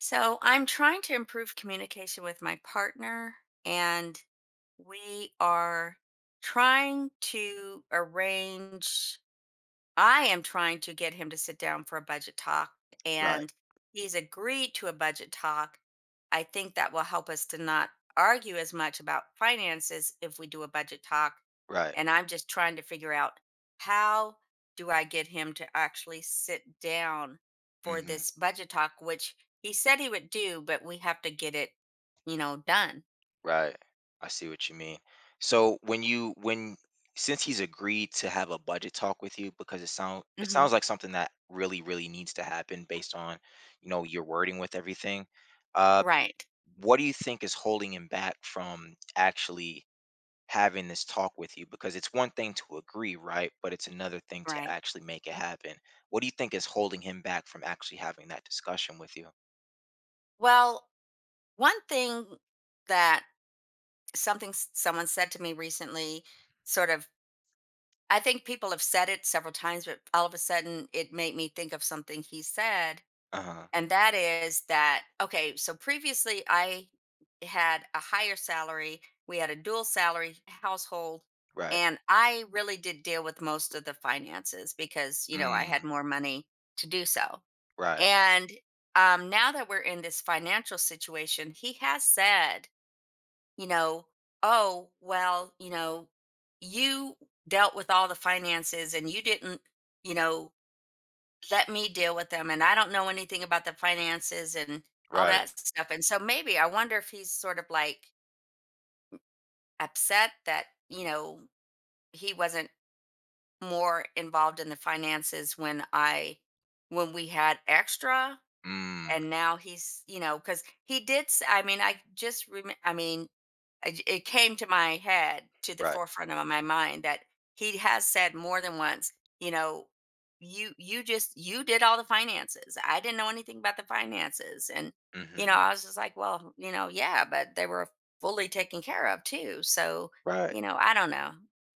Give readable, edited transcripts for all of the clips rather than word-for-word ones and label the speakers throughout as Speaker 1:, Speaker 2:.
Speaker 1: So I'm trying to improve communication with my partner, and we are trying to arrange I am trying to get him to sit down for a budget talk,
Speaker 2: Right,
Speaker 1: and he's agreed to a budget talk. I think that will help us to not argue as much about finances if we do a budget talk.
Speaker 2: right.
Speaker 1: And I'm just trying to figure out how do I get him to actually sit down for
Speaker 2: Mhm.
Speaker 1: this budget talk, which he said he would do, but we have to get it done.
Speaker 2: Right. I see what you mean. So when you when since he's agreed to have a budget talk with you because it sound it
Speaker 1: Hmm.
Speaker 2: sounds like something that really really needs to happen based on, your wording with everything. Uh
Speaker 1: Right.
Speaker 2: what do you think is holding him back from actually having this talk with you, because it's one thing to agree, right? But it's another thing to
Speaker 1: Right.
Speaker 2: actually make it happen. What do you think is holding him back from actually having that discussion with you?
Speaker 1: Well, one thing that something someone said to me recently, sort of, I think people have said it several times, but all of a sudden it made me think of something he said.
Speaker 2: Uh-huh.
Speaker 1: And that is that, okay, so previously I had a higher salary. We had a dual salary household,
Speaker 2: Right.
Speaker 1: and I really did deal with most of the finances because I had
Speaker 2: Mm,
Speaker 1: more money to do so.
Speaker 2: right.
Speaker 1: And now that we're in this financial situation, he has said, you know, oh, well, you dealt with all the finances and you didn't, you know, let me deal with them. And I don't know anything about the finances and all
Speaker 2: Right.
Speaker 1: that stuff. And so maybe I wonder if he's sort of like upset that, he wasn't more involved in the finances, when we had extra.
Speaker 2: Mm,
Speaker 1: And now he's, because he did s- I mean I just rem- I mean I j- it came to my head, to the
Speaker 2: right.
Speaker 1: forefront of my mind, that he has said more than once, you know you did all the finances, I didn't know anything about the finances. And
Speaker 2: Mhm.
Speaker 1: I was just like, well, yeah, but they were fully taken care of too. So
Speaker 2: Right.
Speaker 1: I don't know,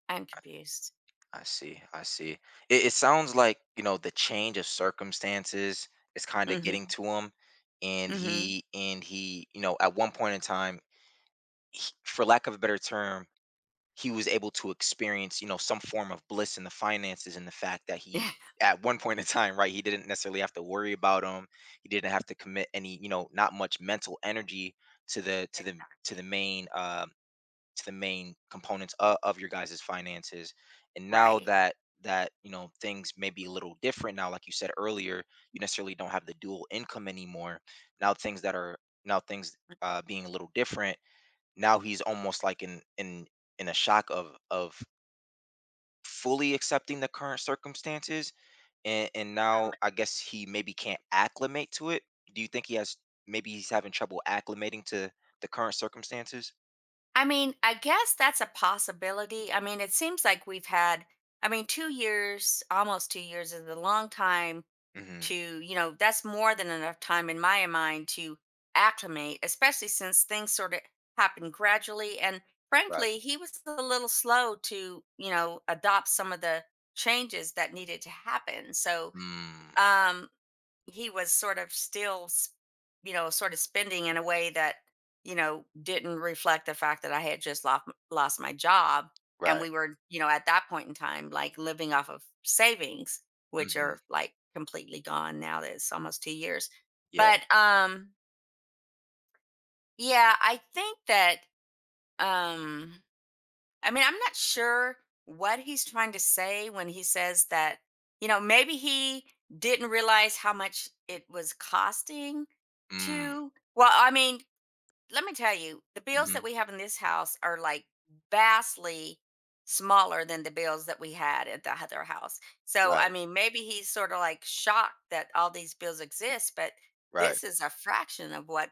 Speaker 1: I'm confused.
Speaker 2: I see. I see. It sounds like, the change of circumstances is kinda getting
Speaker 1: Mm-hmm.
Speaker 2: to him, and
Speaker 1: Mm-hmm.
Speaker 2: he and he, at one point in time, he, for lack of a better term, he was able to experience, some form of bliss in the finances, and the fact that he, at one point in time, right, he didn't necessarily have to worry about 'em. He didn't have to commit any, not much mental energy to the to the to the
Speaker 1: Exactly.
Speaker 2: main, um to the main components of your guys' finances. And now
Speaker 1: Right.
Speaker 2: that things may be a little different now, like you said earlier. You necessarily don't have the dual income anymore. Now things that are now things, being a little different. Now he's almost like in a shock of fully accepting the current circumstances, and now I guess he maybe can't acclimate to it. Do you think he has maybe he's having trouble acclimating to the current circumstances?
Speaker 1: I mean, I guess that's a possibility. I mean, it seems like we've had, I mean, 2 years, almost 2 years is a long time
Speaker 2: Hmm.
Speaker 1: that's more than enough time in my mind to acclimate, especially since things sort of happened gradually. And
Speaker 2: Right.
Speaker 1: frankly, he was a little slow to, you know, adopt some of the changes that needed to happen. So,
Speaker 2: Mm,
Speaker 1: um, he was sort of still, sort of spending in a way that, you know, didn't reflect the fact that I had just lost my job. And
Speaker 2: right.
Speaker 1: we were, at that point in time, like living off of savings, which
Speaker 2: Mhm.
Speaker 1: are like completely gone now that it's almost 2 years.
Speaker 2: Yeah.
Speaker 1: But yeah, I think that um I mean, I'm not sure what he's trying to say when he says that, maybe he didn't realize how much it was costing
Speaker 2: Mm.
Speaker 1: to. Well, I mean, let me tell you, the bills that
Speaker 2: Mhm.
Speaker 1: we have in this house are like vastly smaller than the bills that we had at the other house. So,
Speaker 2: Right.
Speaker 1: I mean, maybe he's sort of like shocked that all these bills exist, but
Speaker 2: Right.
Speaker 1: this is a fraction of what,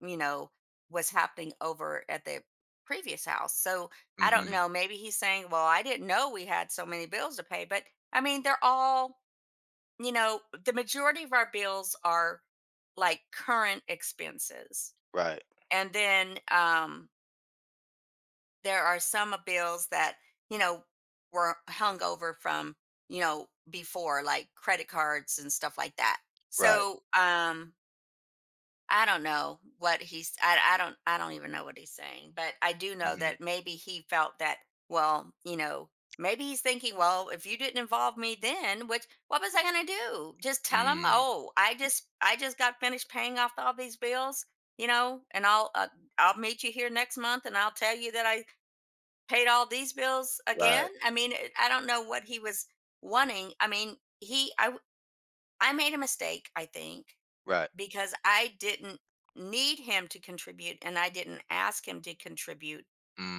Speaker 1: you know, was happening over at the previous house. So I don't
Speaker 2: Mhm.
Speaker 1: know. Maybe he's saying, well, I didn't know we had so many bills to pay. But I mean, they're all, the majority of our bills are like current expenses.
Speaker 2: Right.
Speaker 1: And then there are some of bills that, you know, were hung over from, before, like credit cards and stuff like that.
Speaker 2: Right.
Speaker 1: So I don't know what he's I don't even know what he's saying, but I do know
Speaker 2: Mhm.
Speaker 1: that maybe he felt that, well, maybe he's thinking, well, if you didn't involve me then, which what was I gonna do? Just tell him,
Speaker 2: Mm.
Speaker 1: oh, I just got finished paying off all these bills, and I'll meet you here next month and I'll tell you that I paid all these bills
Speaker 2: Right.
Speaker 1: again. I mean, I don't know what he was wanting. I mean, I made a mistake, I think,
Speaker 2: Right.
Speaker 1: because I didn't need him to contribute and I didn't ask him to contribute.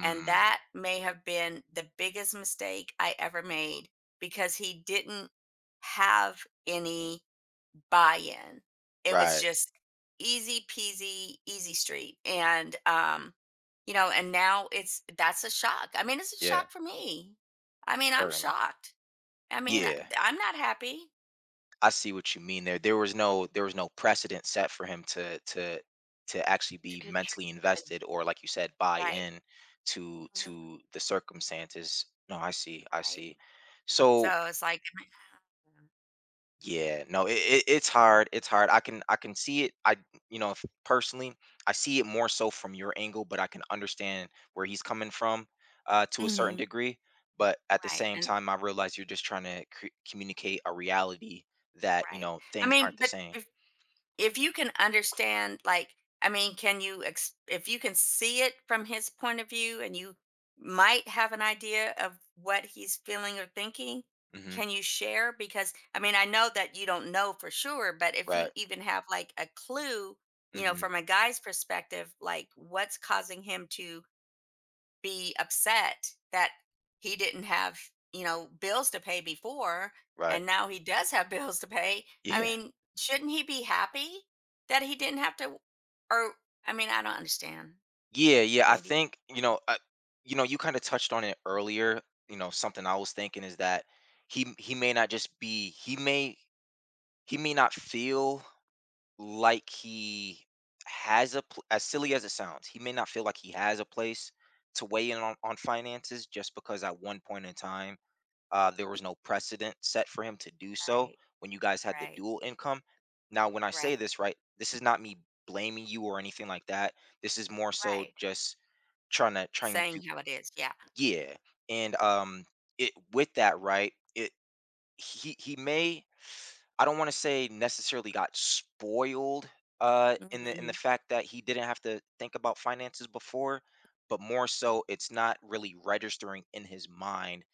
Speaker 1: And that may have been the biggest mistake I ever made because he didn't have any buy in. It was
Speaker 2: Right.
Speaker 1: just easy peasy, easy street. And, now it's that's a shock. I mean, it's a
Speaker 2: Yeah.
Speaker 1: shock for me. I mean, I'm
Speaker 2: Certainly.
Speaker 1: shocked. I mean,
Speaker 2: Yeah.
Speaker 1: I'm not happy
Speaker 2: I see what you mean there. There was no precedent set for him to actually
Speaker 1: to
Speaker 2: be
Speaker 1: contribute.
Speaker 2: mentally
Speaker 1: and-
Speaker 2: invested, or like you said, buy
Speaker 1: Right.
Speaker 2: in to
Speaker 1: Mhm.
Speaker 2: to the circumstances. No, I see. I
Speaker 1: Right.
Speaker 2: see. So.
Speaker 1: So it's like.
Speaker 2: Yeah, no, it's hard. It's hard. I can see it. I you know, if, Personally, I see it more so from your angle, but I can understand where he's coming from, to a certain
Speaker 1: Mhm.
Speaker 2: degree. But at the
Speaker 1: Right,
Speaker 2: same
Speaker 1: and
Speaker 2: time, I realize you're just trying to communicate a reality that you
Speaker 1: right.
Speaker 2: know
Speaker 1: I
Speaker 2: things aren't
Speaker 1: mean,
Speaker 2: the
Speaker 1: but
Speaker 2: same.
Speaker 1: if you can understand, like, I mean, can you ex if you can see it from his point of view and you might have an idea of what he's feeling or thinking,
Speaker 2: Hmm.
Speaker 1: can you share? Because, I mean, I know that you don't know for sure, but if you
Speaker 2: Right.
Speaker 1: even have like a clue,
Speaker 2: Hmm.
Speaker 1: from a guy's perspective, like what's causing him to be upset that he didn't have, bills to pay before
Speaker 2: Right.
Speaker 1: and now he does have bills to pay. I
Speaker 2: Yeah.
Speaker 1: mean, shouldn't he be happy that he didn't have to, or I mean, I don't understand.
Speaker 2: Yeah. Yeah. I
Speaker 1: Maybe
Speaker 2: think. You kind of touched on it earlier. Something I was thinking is that he he may not just be he may he may not feel like he has a pl- as silly as it sounds, he may not feel like he has a place to weigh in on, finances, just because at one point in time, there was
Speaker 1: he-
Speaker 2: no precedent set for him to do so
Speaker 1: right,
Speaker 2: when you guys had the
Speaker 1: right,
Speaker 2: dual income. Now, when I say
Speaker 1: right,
Speaker 2: this, right, this is not me blaming you or anything like that. This is more so
Speaker 1: right.
Speaker 2: just trying to trying
Speaker 1: Saying
Speaker 2: to
Speaker 1: how it is. Yeah.
Speaker 2: yeah. And it with that, right, it he may I don't want to say necessarily got spoiled, in the
Speaker 1: Hmm.
Speaker 2: fact that he didn't have to think about finances before, but more so it's not really registering in his mind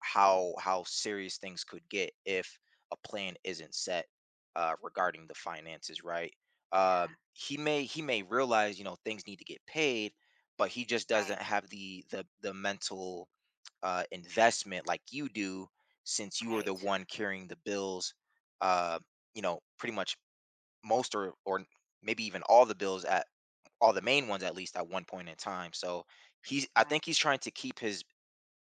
Speaker 2: how serious things could get if a plan isn't set, regarding the finances, right? Um
Speaker 1: Yeah.
Speaker 2: he may he may realize, things need to get paid, but he just doesn't
Speaker 1: Right.
Speaker 2: have the mental, investment like you do, since you are the
Speaker 1: Right.
Speaker 2: one carrying the bills, uh, pretty much most or maybe even all the bills, at all the main ones at least, at one point in time. So he's I
Speaker 1: Right.
Speaker 2: think he's trying to keep his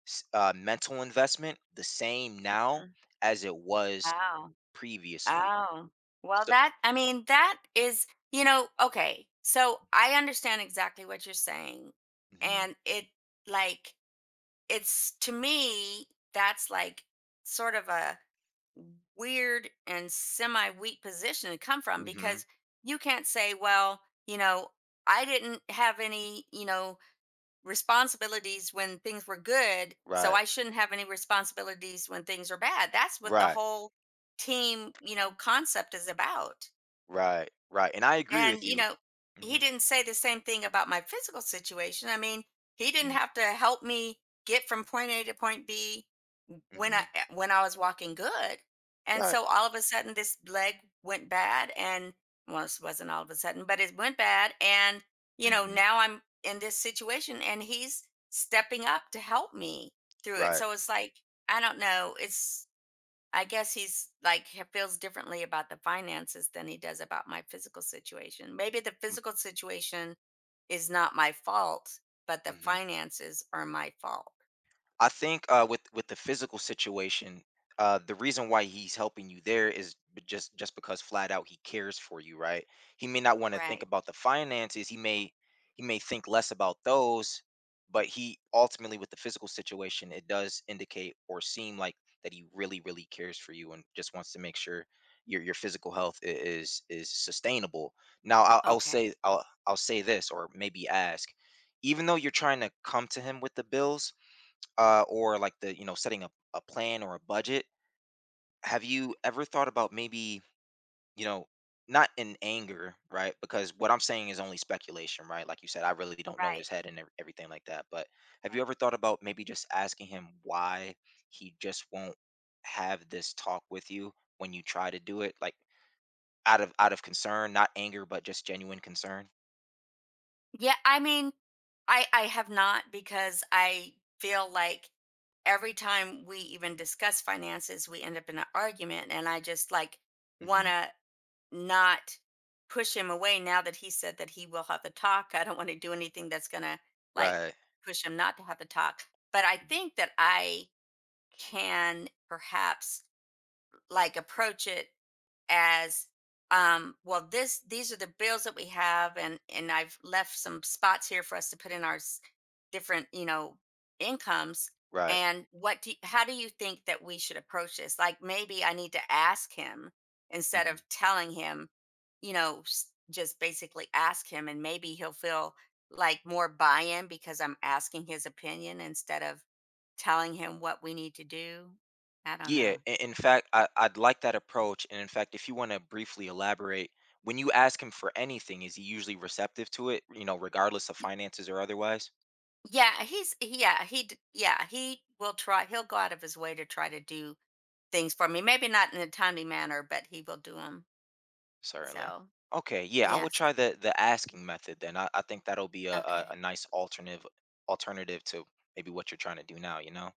Speaker 2: mental investment the same now
Speaker 1: Mhm.
Speaker 2: as it was
Speaker 1: Wow.
Speaker 2: previously.
Speaker 1: Oh, well,
Speaker 2: So.
Speaker 1: that I mean, that is, okay. So I understand exactly what you're saying.
Speaker 2: Hmm.
Speaker 1: And like, it's to me, that's like sort of a weird and semi weak position to come from
Speaker 2: Hmm.
Speaker 1: because you can't say, well, you know, I didn't have any, responsibilities when things were good, so
Speaker 2: Right,
Speaker 1: I shouldn't have any responsibilities when things are bad. That's what the
Speaker 2: right,
Speaker 1: whole team, concept is about.
Speaker 2: right, right, and I agree
Speaker 1: And,
Speaker 2: with you.
Speaker 1: he
Speaker 2: Hmm.
Speaker 1: didn't say the same thing about my physical situation. I mean, he didn't
Speaker 2: Hmm.
Speaker 1: have to help me get from point A to point B
Speaker 2: Hmm.
Speaker 1: when I was walking good. And
Speaker 2: Right.
Speaker 1: so all of a sudden this leg went bad and, well, this wasn't all of a sudden, but it went bad. And,
Speaker 2: Hmm.
Speaker 1: now I'm in this situation and he's stepping up to help me through it.
Speaker 2: Right.
Speaker 1: So it's like, I don't know. It's I guess he's like he feels differently about the finances than he does about my physical situation. Maybe the physical situation is not my fault, but the
Speaker 2: Mm-hmm.
Speaker 1: finances are my fault.
Speaker 2: I think, with the physical situation, the reason why he's helping you there is just because, flat out, he cares for you, right? He may not want to think
Speaker 1: Right.
Speaker 2: about the finances. He may think less about those, but he ultimately, with the physical situation, it does indicate or seem like that he really really cares for you and just wants to make sure your physical health is sustainable. Now, I'll, I'll
Speaker 1: Okay.
Speaker 2: say I'll I'll say this, or maybe ask, even though you're trying to come to him with the bills, or like the you know setting up a plan or a budget, have you ever thought about maybe, you know not in anger, right? Because what I'm saying is only speculation, right? Like you said, I really don't know
Speaker 1: Right.
Speaker 2: his head and everything like that. But have you
Speaker 1: Right.
Speaker 2: ever thought about maybe just asking him why he just won't have this talk with you, when you try to do it, like, out of concern, not anger, but just genuine concern?
Speaker 1: Yeah, I mean, I have not, because I feel like every time we even discuss finances, we end up in an argument and I just like want
Speaker 2: Hmm.
Speaker 1: to not push him away now that he said that he will have the talk. I don't want to do anything that's going to like
Speaker 2: Right.
Speaker 1: push him not to have the talk. But I think that I can perhaps like approach it as well, this these are the bills that we have, and I've left some spots here for us to put in our different incomes.
Speaker 2: Right.
Speaker 1: And how do you think that we should approach this, like maybe I need to ask him instead
Speaker 2: Mm-hmm.
Speaker 1: of telling him, just basically ask him, and maybe he'll feel like more buy-in because I'm asking his opinion instead of telling him what we need to do. I don't
Speaker 2: Yeah,
Speaker 1: know.
Speaker 2: in fact, I'd like that approach. And in fact, if you want to briefly elaborate, when you ask him for anything, is he usually receptive to it, regardless of finances or otherwise?
Speaker 1: Yeah, he's yeah, yeah, he will try. He'll go out of his way to try to do things for me. Maybe not in a timely manner, but he will do them.
Speaker 2: Certainly.
Speaker 1: So,
Speaker 2: Okay, yeah, I would
Speaker 1: yes.
Speaker 2: try the asking method then. I think that'll be a
Speaker 1: Okay.
Speaker 2: nice alternative to maybe what you're trying to do now, you know?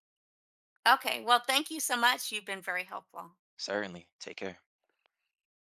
Speaker 1: Okay. Well, thank you so much. You've been very helpful.
Speaker 2: Certainly. Take care.